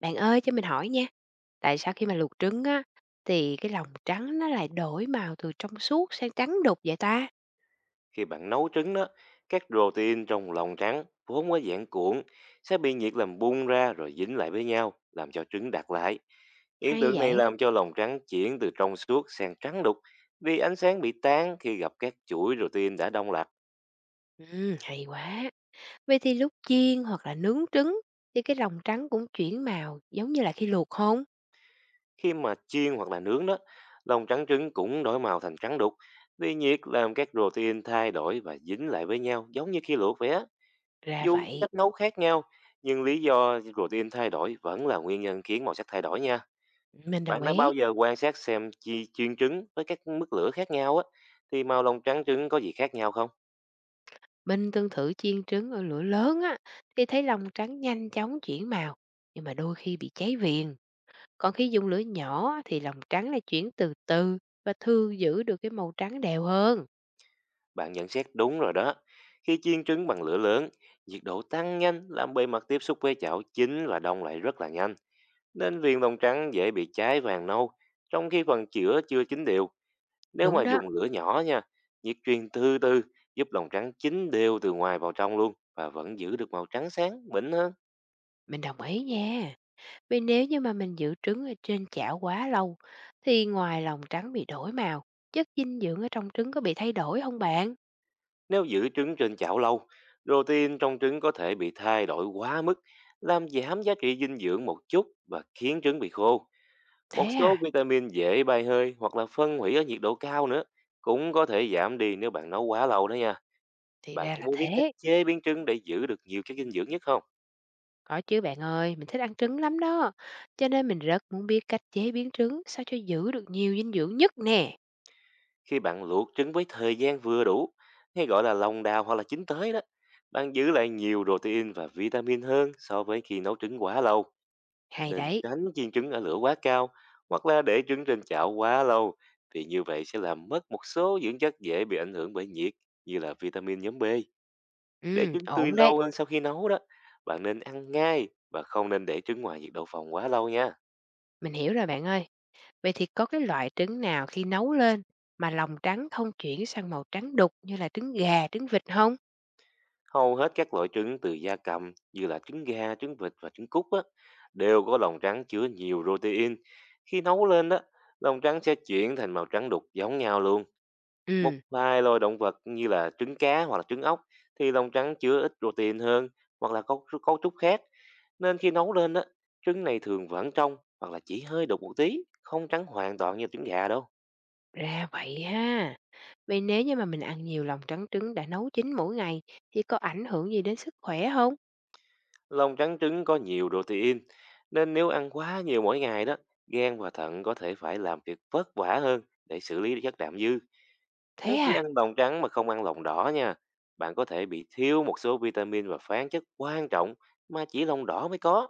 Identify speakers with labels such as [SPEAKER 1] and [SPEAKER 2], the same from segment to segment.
[SPEAKER 1] Bạn ơi cho mình hỏi nha, tại sao khi mà luộc trứng á thì cái lòng trắng nó lại đổi màu từ trong suốt sang trắng đục vậy ta?
[SPEAKER 2] Khi bạn nấu trứng đó, các protein trong lòng trắng vốn có dạng cuộn sẽ bị nhiệt làm bung ra rồi dính lại với nhau, làm cho trứng đặc lại. Hiện
[SPEAKER 1] Hay
[SPEAKER 2] tượng
[SPEAKER 1] vậy?
[SPEAKER 2] này làm cho lòng trắng chuyển từ trong suốt sang trắng đục vì ánh sáng bị tán khi gặp các chuỗi protein đã đông lạnh.
[SPEAKER 1] Hay quá. Vậy thì lúc chiên hoặc là nướng trứng thì cái lòng trắng cũng chuyển màu giống như là khi luộc không?
[SPEAKER 2] Khi mà chiên hoặc là nướng đó, lòng trắng trứng cũng đổi màu thành trắng đục vì nhiệt làm các protein thay đổi và dính lại với nhau giống như khi luộc vậy á.
[SPEAKER 1] Ra
[SPEAKER 2] Dù có
[SPEAKER 1] vậy.
[SPEAKER 2] cách nấu khác nhau, nhưng lý do protein thay đổi vẫn là nguyên nhân khiến màu sắc thay đổi nha.
[SPEAKER 1] Mình đồng
[SPEAKER 2] Bạn đã
[SPEAKER 1] ý.
[SPEAKER 2] bao giờ quan sát xem chi chiên trứng với các mức lửa khác nhau á, thì màu lòng trắng trứng có gì khác nhau không?
[SPEAKER 1] Mình từng thử chiên trứng ở lửa lớn á thì thấy lòng trắng nhanh chóng chuyển màu, nhưng mà đôi khi bị cháy viền. Còn khi dùng lửa nhỏ thì lòng trắng lại chuyển từ từ và thường giữ được cái màu trắng đều hơn.
[SPEAKER 2] Bạn nhận xét đúng rồi đó. Khi chiên trứng bằng lửa lớn, nhiệt độ tăng nhanh làm bề mặt tiếp xúc với chảo chín và đông lại rất là nhanh, nên viên lòng trắng dễ bị cháy vàng nâu, trong khi phần chữa chưa chín đều. Nếu mà
[SPEAKER 1] Đúng đó,
[SPEAKER 2] dùng lửa nhỏ nha, nhiệt truyền từ từ giúp lòng trắng chín đều từ ngoài vào trong luôn và vẫn giữ được màu trắng sáng, mịn hơn.
[SPEAKER 1] mình đồng ý nha. Vì nếu như mà mình giữ trứng ở trên chảo quá lâu thì ngoài lòng trắng bị đổi màu, chất dinh dưỡng ở trong trứng có bị thay đổi không bạn?
[SPEAKER 2] Nếu giữ trứng trên chảo lâu, protein trong trứng có thể bị thay đổi quá mức, làm giảm giá trị dinh dưỡng một chút và khiến trứng bị khô. Một
[SPEAKER 1] Thế
[SPEAKER 2] số
[SPEAKER 1] à?
[SPEAKER 2] vitamin dễ bay hơi hoặc là phân hủy ở nhiệt độ cao nữa cũng có thể giảm đi nếu bạn nấu quá lâu đó nha.
[SPEAKER 1] Thì
[SPEAKER 2] Bạn
[SPEAKER 1] ra
[SPEAKER 2] cũng
[SPEAKER 1] là
[SPEAKER 2] muốn biết cách
[SPEAKER 1] thế.
[SPEAKER 2] chế biến trứng để giữ được nhiều chất dinh dưỡng nhất không?
[SPEAKER 1] Có chứ bạn ơi, mình thích ăn trứng lắm đó. Cho nên mình rất muốn biết cách chế biến trứng sao cho giữ được nhiều dinh dưỡng nhất nè.
[SPEAKER 2] Khi bạn luộc trứng với thời gian vừa đủ, hay gọi là lòng đào hoặc là chín tới đó, bạn giữ lại nhiều protein và vitamin hơn so với khi nấu trứng quá lâu.
[SPEAKER 1] Hay
[SPEAKER 2] Nên
[SPEAKER 1] đấy.
[SPEAKER 2] tránh chiên trứng ở lửa quá cao hoặc là để trứng trên chảo quá lâu, vì như vậy sẽ làm mất một số dưỡng chất dễ bị ảnh hưởng bởi nhiệt như là vitamin nhóm B. Để
[SPEAKER 1] Ừ,
[SPEAKER 2] trứng tươi
[SPEAKER 1] ổn đấy.
[SPEAKER 2] lâu hơn sau khi nấu đó, bạn nên ăn ngay và không nên để trứng ngoài nhiệt độ phòng quá lâu nha.
[SPEAKER 1] Mình hiểu rồi bạn ơi. Vậy thì có cái loại trứng nào khi nấu lên mà lòng trắng không chuyển sang màu trắng đục như là trứng gà, trứng vịt không?
[SPEAKER 2] Hầu hết các loại trứng từ gia cầm như là trứng gà, trứng vịt và trứng cút á, đều có lòng trắng chứa nhiều protein. Khi nấu lên đó, lòng trắng sẽ chuyển thành màu trắng đục giống nhau luôn. Một
[SPEAKER 1] Ừ.
[SPEAKER 2] vài loài động vật như là trứng cá hoặc là trứng ốc thì lòng trắng chứa ít protein hơn hoặc là cấu trúc khác. Nên khi nấu lên á, trứng này thường vẫn trong hoặc là chỉ hơi đục một tí, không trắng hoàn toàn như trứng gà đâu.
[SPEAKER 1] Ra vậy ha. Vậy nếu như mà mình ăn nhiều lòng trắng trứng đã nấu chín mỗi ngày thì có ảnh hưởng gì đến sức khỏe không?
[SPEAKER 2] Lòng trắng trứng có nhiều protein, nên nếu ăn quá nhiều mỗi ngày đó, gan và thận có thể phải làm việc vất vả hơn để xử lý chất đạm dư. Nếu
[SPEAKER 1] Thế
[SPEAKER 2] chỉ
[SPEAKER 1] à?
[SPEAKER 2] ăn lòng trắng mà không ăn lòng đỏ nha, bạn có thể bị thiếu một số vitamin và khoáng chất quan trọng mà chỉ lòng đỏ mới có.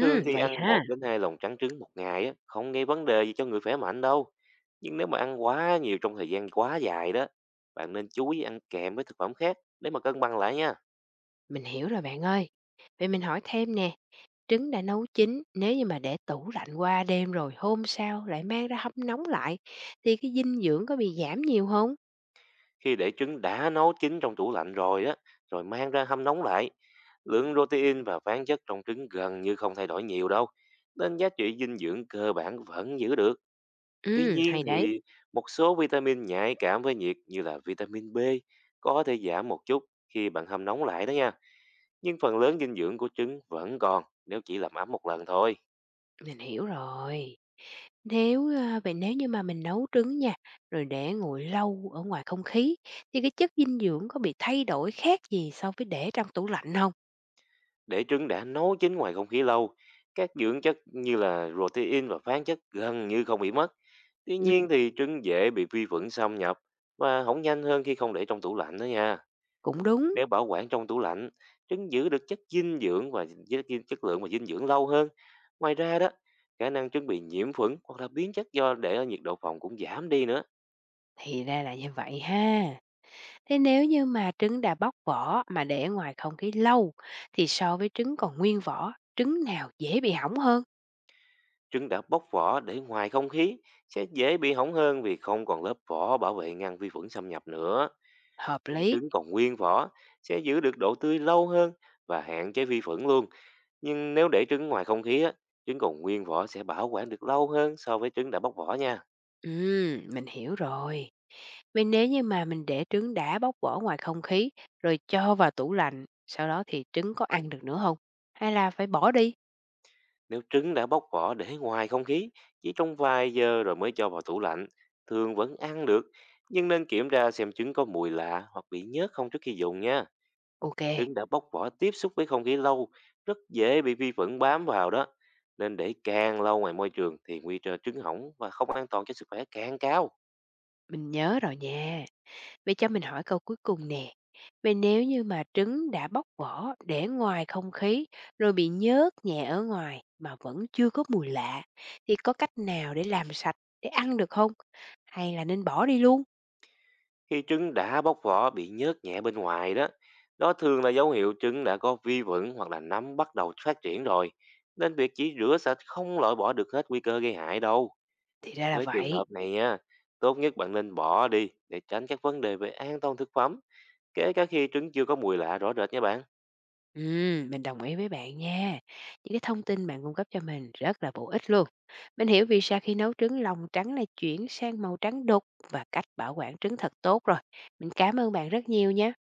[SPEAKER 2] Thường thì
[SPEAKER 1] vậy
[SPEAKER 2] ăn một
[SPEAKER 1] ha.
[SPEAKER 2] đến 2 lồng trắng trứng một ngày á, không gây vấn đề gì cho người khỏe mạnh đâu. Nhưng nếu mà ăn quá nhiều trong thời gian quá dài đó, bạn nên chú ý ăn kèm với thực phẩm khác để mà cân bằng lại nha.
[SPEAKER 1] Mình hiểu rồi bạn ơi. Vậy mình hỏi thêm nè, trứng đã nấu chín, nếu như mà để tủ lạnh qua đêm rồi hôm sau lại mang ra hâm nóng lại thì cái dinh dưỡng có bị giảm nhiều không?
[SPEAKER 2] Khi để trứng đã nấu chín trong tủ lạnh rồi á, rồi mang ra hâm nóng lại, lượng protein và khoáng chất trong trứng gần như không thay đổi nhiều đâu. Nên giá trị dinh dưỡng cơ bản vẫn giữ được. Tuy
[SPEAKER 1] Ừ,
[SPEAKER 2] nhiên
[SPEAKER 1] hay đấy.
[SPEAKER 2] thì một số vitamin nhạy cảm với nhiệt như là vitamin B có thể giảm một chút khi bạn hâm nóng lại đó nha. Nhưng phần lớn dinh dưỡng của trứng vẫn còn nếu chỉ làm ấm một lần thôi.
[SPEAKER 1] Mình hiểu rồi. Vậy nếu như mà mình nấu trứng nha, rồi để nguội lâu ở ngoài không khí, thì cái chất dinh dưỡng có bị thay đổi khác gì so với để trong tủ lạnh không?
[SPEAKER 2] Để trứng đã nấu chín ngoài không khí lâu, các dưỡng chất như là protein và khoáng chất gần như không bị mất. Tuy
[SPEAKER 1] Ừm.
[SPEAKER 2] nhiên thì trứng dễ bị vi khuẩn xâm nhập và hỏng nhanh hơn khi không để trong tủ lạnh đó nha.
[SPEAKER 1] Cũng đúng,
[SPEAKER 2] Nếu bảo quản trong tủ lạnh, trứng giữ được chất dinh dưỡng và chất chất lượng và dinh dưỡng lâu hơn. Ngoài ra đó, khả năng trứng bị nhiễm khuẩn hoặc là biến chất do để ở nhiệt độ phòng cũng giảm đi nữa.
[SPEAKER 1] thì ra là như vậy ha. Thế nếu như mà trứng đã bóc vỏ mà để ngoài không khí lâu, thì so với trứng còn nguyên vỏ, trứng nào dễ bị hỏng hơn?
[SPEAKER 2] Trứng đã bóc vỏ để ngoài không khí sẽ dễ bị hỏng hơn vì không còn lớp vỏ bảo vệ ngăn vi khuẩn xâm nhập nữa.
[SPEAKER 1] Hợp
[SPEAKER 2] Còn
[SPEAKER 1] lý.
[SPEAKER 2] trứng còn nguyên vỏ sẽ giữ được độ tươi lâu hơn và hạn chế vi khuẩn luôn. Nhưng nếu để trứng ngoài không khí, á, trứng còn nguyên vỏ sẽ bảo quản được lâu hơn so với trứng đã bóc vỏ nha.
[SPEAKER 1] Mình hiểu rồi. Nếu như mà mình để trứng đã bóc vỏ ngoài không khí, rồi cho vào tủ lạnh, sau đó thì trứng có ăn được nữa không? Hay là phải bỏ đi?
[SPEAKER 2] Nếu trứng đã bóc vỏ để ngoài không khí, chỉ trong vài giờ rồi mới cho vào tủ lạnh, thường vẫn ăn được. Nhưng nên kiểm tra xem trứng có mùi lạ hoặc bị nhớt không trước khi dùng nha.
[SPEAKER 1] OK,
[SPEAKER 2] Trứng đã bóc vỏ tiếp xúc với không khí lâu, rất dễ bị vi khuẩn bám vào đó. Nên để càng lâu ngoài môi trường thì nguy cơ trứng hỏng và không an toàn cho sức khỏe càng cao.
[SPEAKER 1] mình nhớ rồi nha. Vậy cho mình hỏi câu cuối cùng nè. Vậy nếu như mà trứng đã bóc vỏ để ngoài không khí, rồi bị nhớt nhẹ ở ngoài mà vẫn chưa có mùi lạ, thì có cách nào để làm sạch để ăn được không? Hay là nên bỏ đi luôn?
[SPEAKER 2] Khi trứng đã bóc vỏ bị nhớt nhẹ bên ngoài đó, đó thường là dấu hiệu trứng đã có vi khuẩn hoặc là nấm bắt đầu phát triển rồi. Nên việc chỉ rửa sạch không loại bỏ được hết nguy cơ gây hại đâu.
[SPEAKER 1] Thì ra là
[SPEAKER 2] Với trường
[SPEAKER 1] vậy.
[SPEAKER 2] hợp này nha, tốt nhất bạn nên bỏ đi để tránh các vấn đề về an toàn thực phẩm, kể cả khi trứng chưa có mùi lạ rõ rệt nha bạn.
[SPEAKER 1] Mình đồng ý với bạn nha. Những cái thông tin bạn cung cấp cho mình rất là bổ ích luôn. Mình hiểu vì sao khi nấu trứng lòng trắng lại chuyển sang màu trắng đục và cách bảo quản trứng thật tốt rồi. Mình cảm ơn bạn rất nhiều nha.